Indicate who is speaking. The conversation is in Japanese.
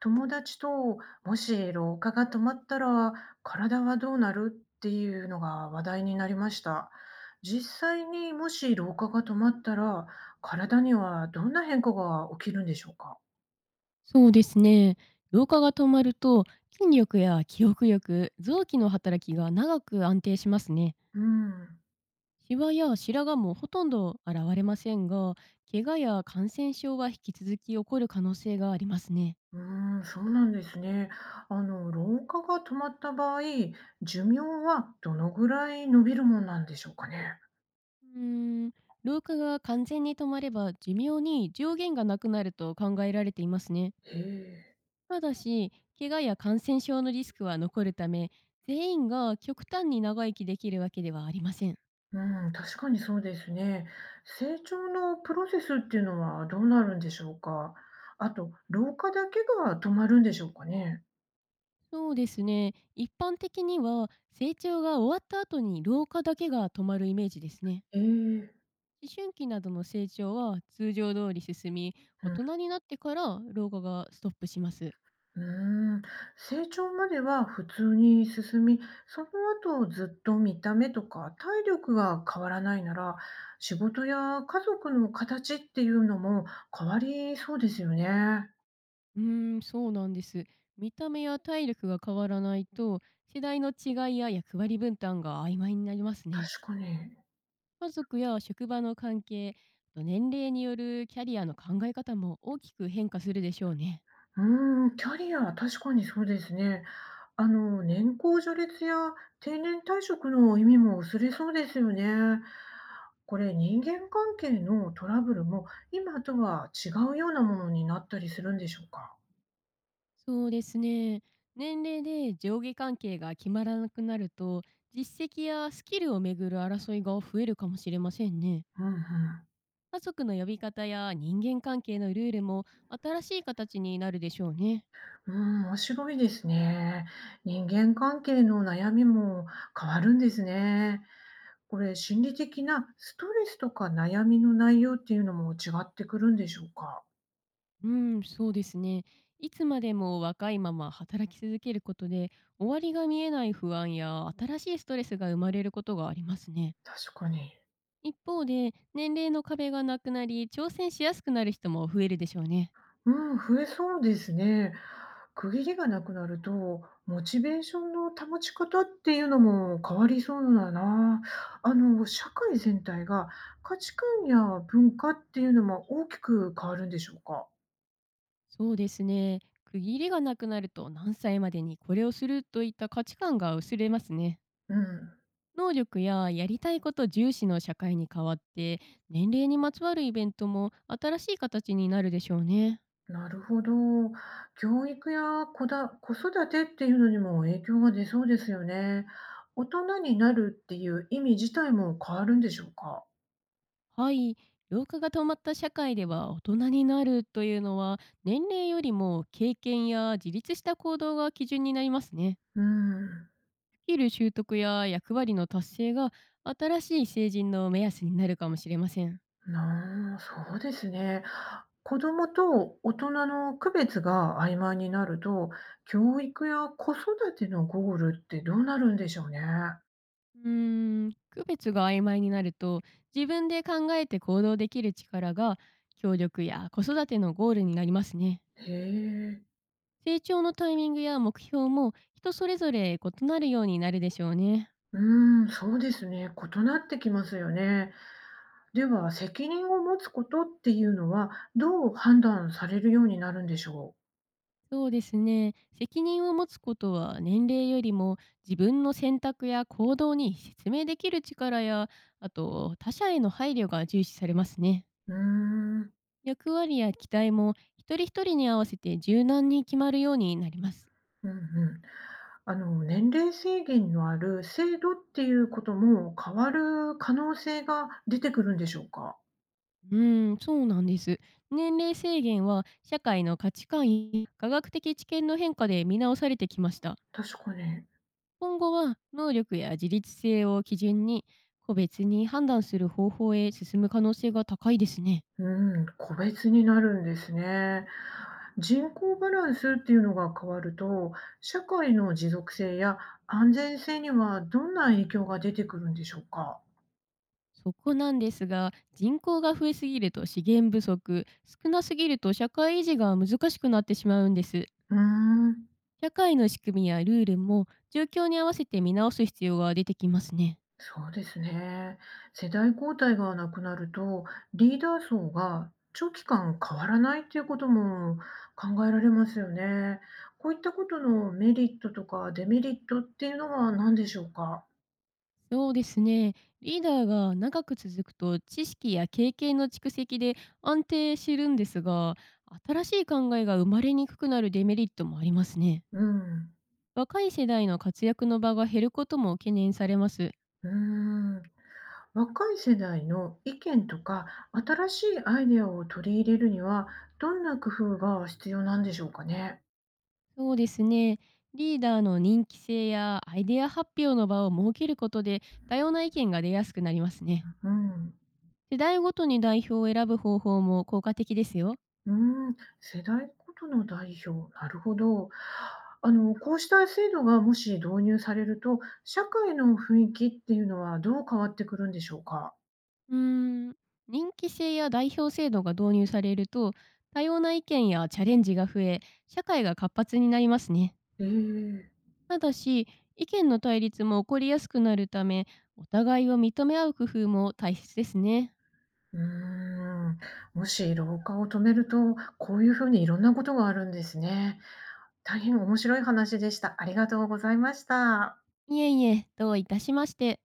Speaker 1: 友達と、もし老化が止まったら体はどうなるっていうのが話題になりました。実際にもし老化が止まったら、体にはどんな変化が起きるんでしょうか？
Speaker 2: そうですね。老化が止まると筋力や記憶力、臓器の働きが長く安定しますね。
Speaker 1: うん。
Speaker 2: シワや白髪もほとんど現れませんが、怪我や感染症は引き続き起こる可能性がありますね。
Speaker 1: うーん、そうなんですね。老化が止まった場合、寿命はどのぐらい伸びるもんなんでしょうかね？
Speaker 2: うーん、老化が完全に止まれば寿命に上限がなくなると考えられていますね。
Speaker 1: へえ。
Speaker 2: ただし、怪我や感染症のリスクは残るため、全員が極端に長生きできるわけではありません。
Speaker 1: うん、確かにそうですね。成長のプロセスっていうのはどうなるんでしょうか。あと、老化だけが止まるんでしょうかね？
Speaker 2: そうですね。一般的には成長が終わった後に老化だけが止まるイメージですね。
Speaker 1: えー、
Speaker 2: 思春期などの成長は通常通り進み、大
Speaker 1: う
Speaker 2: 人になってから老化がストップします。
Speaker 1: うん。成長までは普通に進み、その後ずっと見た目とか体力が変わらないなら、仕事や家族の形っていうのも変わりそうですよね。
Speaker 2: そうなんです。見た目や体力が変わらないと、世代の違いや役割分担が曖昧になりますね。
Speaker 1: 確かに。
Speaker 2: 家族や職場の関係、あと年齢によるキャリアの考え方も大きく変化するでしょうね。
Speaker 1: うーん、キャリア、確かにそうですね。年功序列や定年退職の意味も薄れそうですよね。これ、人間関係のトラブルも今とは違うようなものになったりするんでしょうか？
Speaker 2: そうですね。年齢で上下関係が決まらなくなると、実績やスキルをめぐる争いが増えるかもしれませんね。
Speaker 1: うんうん。
Speaker 2: 家族の呼び方や人間関係のルールも新しい形になるでしょうね。
Speaker 1: うん、面白いですね。人間関係の悩みも変わるんですね。これ、心理的なストレスとか悩みの内容っていうのも違ってくるんでしょうか？
Speaker 2: うん、そうですね。いつまでも若いまま働き続けることで、終わりが見えない不安や新しいストレスが生まれることがありますね。
Speaker 1: 確かに。
Speaker 2: 一方で、年齢の壁がなくなり、挑戦しやすくなる人も増えるでしょうね。
Speaker 1: うん、増えそうですね。区切りがなくなると、モチベーションの保ち方っていうのも変わりそうだな。社会全体が価値観や文化っていうのも大きく変わるんでしょうか？
Speaker 2: そうですね。区切りがなくなると何歳までにこれをするといった価値観が薄れますね。
Speaker 1: うん、
Speaker 2: 能力ややりたいこと重視の社会に変わって、年齢にまつわるイベントも新しい形になるでしょうね。
Speaker 1: なるほど。教育や子育てっていうのにも影響が出そうですよね。大人になるっていう意味自体も変わるんでしょうか？
Speaker 2: はい。老化が止まった社会では、大人になるというのは年齢よりも経験や自立した行動が基準になりますね。
Speaker 1: うん。
Speaker 2: スキル習得や役割の達成が新しい成人の目安になるかもしれません。
Speaker 1: なあ、そうですね。子供と大人の区別が曖昧になると、教育や子育てのゴールってどうなるんでしょうね？
Speaker 2: 区別が曖昧になると、自分で考えて行動できる力が協力や子育てのゴールになりますね。
Speaker 1: へえ。
Speaker 2: 成長のタイミングや目標も人それぞれ異なるようになるでしょうね。
Speaker 1: うん、そうですね。異なってきますよね。では、責任を持つことっていうのは、どう判断されるようになるんでしょ
Speaker 2: そうですね。責任を持つことは年齢よりも、自分の選択や行動に説明できる力や、あと他者への配慮が重視されますね。
Speaker 1: う？うーん、
Speaker 2: 役割や期待も一人一人に合わせて柔軟に決まるようになります。
Speaker 1: うんうん。年齢制限のある制度っていうことも変わる可能性が出てくるんでしょうか？
Speaker 2: そうなんです。年齢制限は社会の価値観や科学的知見の変化で見直されてきました。
Speaker 1: 確かに。
Speaker 2: 今後は能力や自立性を基準に、個別に判断する方法へ進む可能性が高いですね。
Speaker 1: うん、個別になるんですね。人口バランスっていうのが変わると、社会の持続性や安全性にはどんな影響が出てくるんでしょうか？
Speaker 2: そこなんですが、人口が増えすぎると資源不足、少なすぎると社会維持が難しくなってしまうんです。
Speaker 1: うーん、
Speaker 2: 社会の仕組みやルールも、状況に合わせて見直す必要が出てきますね。
Speaker 1: そうですね。世代交代がなくなると、リーダー層が長期間変わらないっていうことも考えられますよね。こういったことのメリットとかデメリットっていうのは何でしょうか？
Speaker 2: そうですね。リーダーが長く続くと知識や経験の蓄積で安定してるんですが、新しい考えが生まれにくくなるデメリットもありますね。
Speaker 1: うん。
Speaker 2: 若い世代の活躍の場が減ることも懸念されます。
Speaker 1: うん。若い世代の意見とか新しいアイデアを取り入れるにはどんな工夫が必要なんでしょうかね？
Speaker 2: そうですね。リーダーの人気性やアイデア発表の場を設けることで、多様な意見が出やすくなりますね。
Speaker 1: うん、
Speaker 2: 世代ごとに代表を選ぶ方法も効果的ですよ。
Speaker 1: うん、世代ごとの代表、なるほど。こうした制度がもし導入されると、社会の雰囲気っていうのはどう変わってくるんでしょうか？
Speaker 2: うーん、人気制や代表制度が導入されると、多様な意見やチャレンジが増え、社会が活発になりますね。
Speaker 1: ええ
Speaker 2: ただし、意見の対立も起こりやすくなるため、お互いを認め合う工夫も大切ですね。
Speaker 1: うーん、もし老化を止めると、こういうふうにいろんなことがあるんですね。大変面白い話でした。ありがとうございました。
Speaker 2: いえいえ、どういたしまして。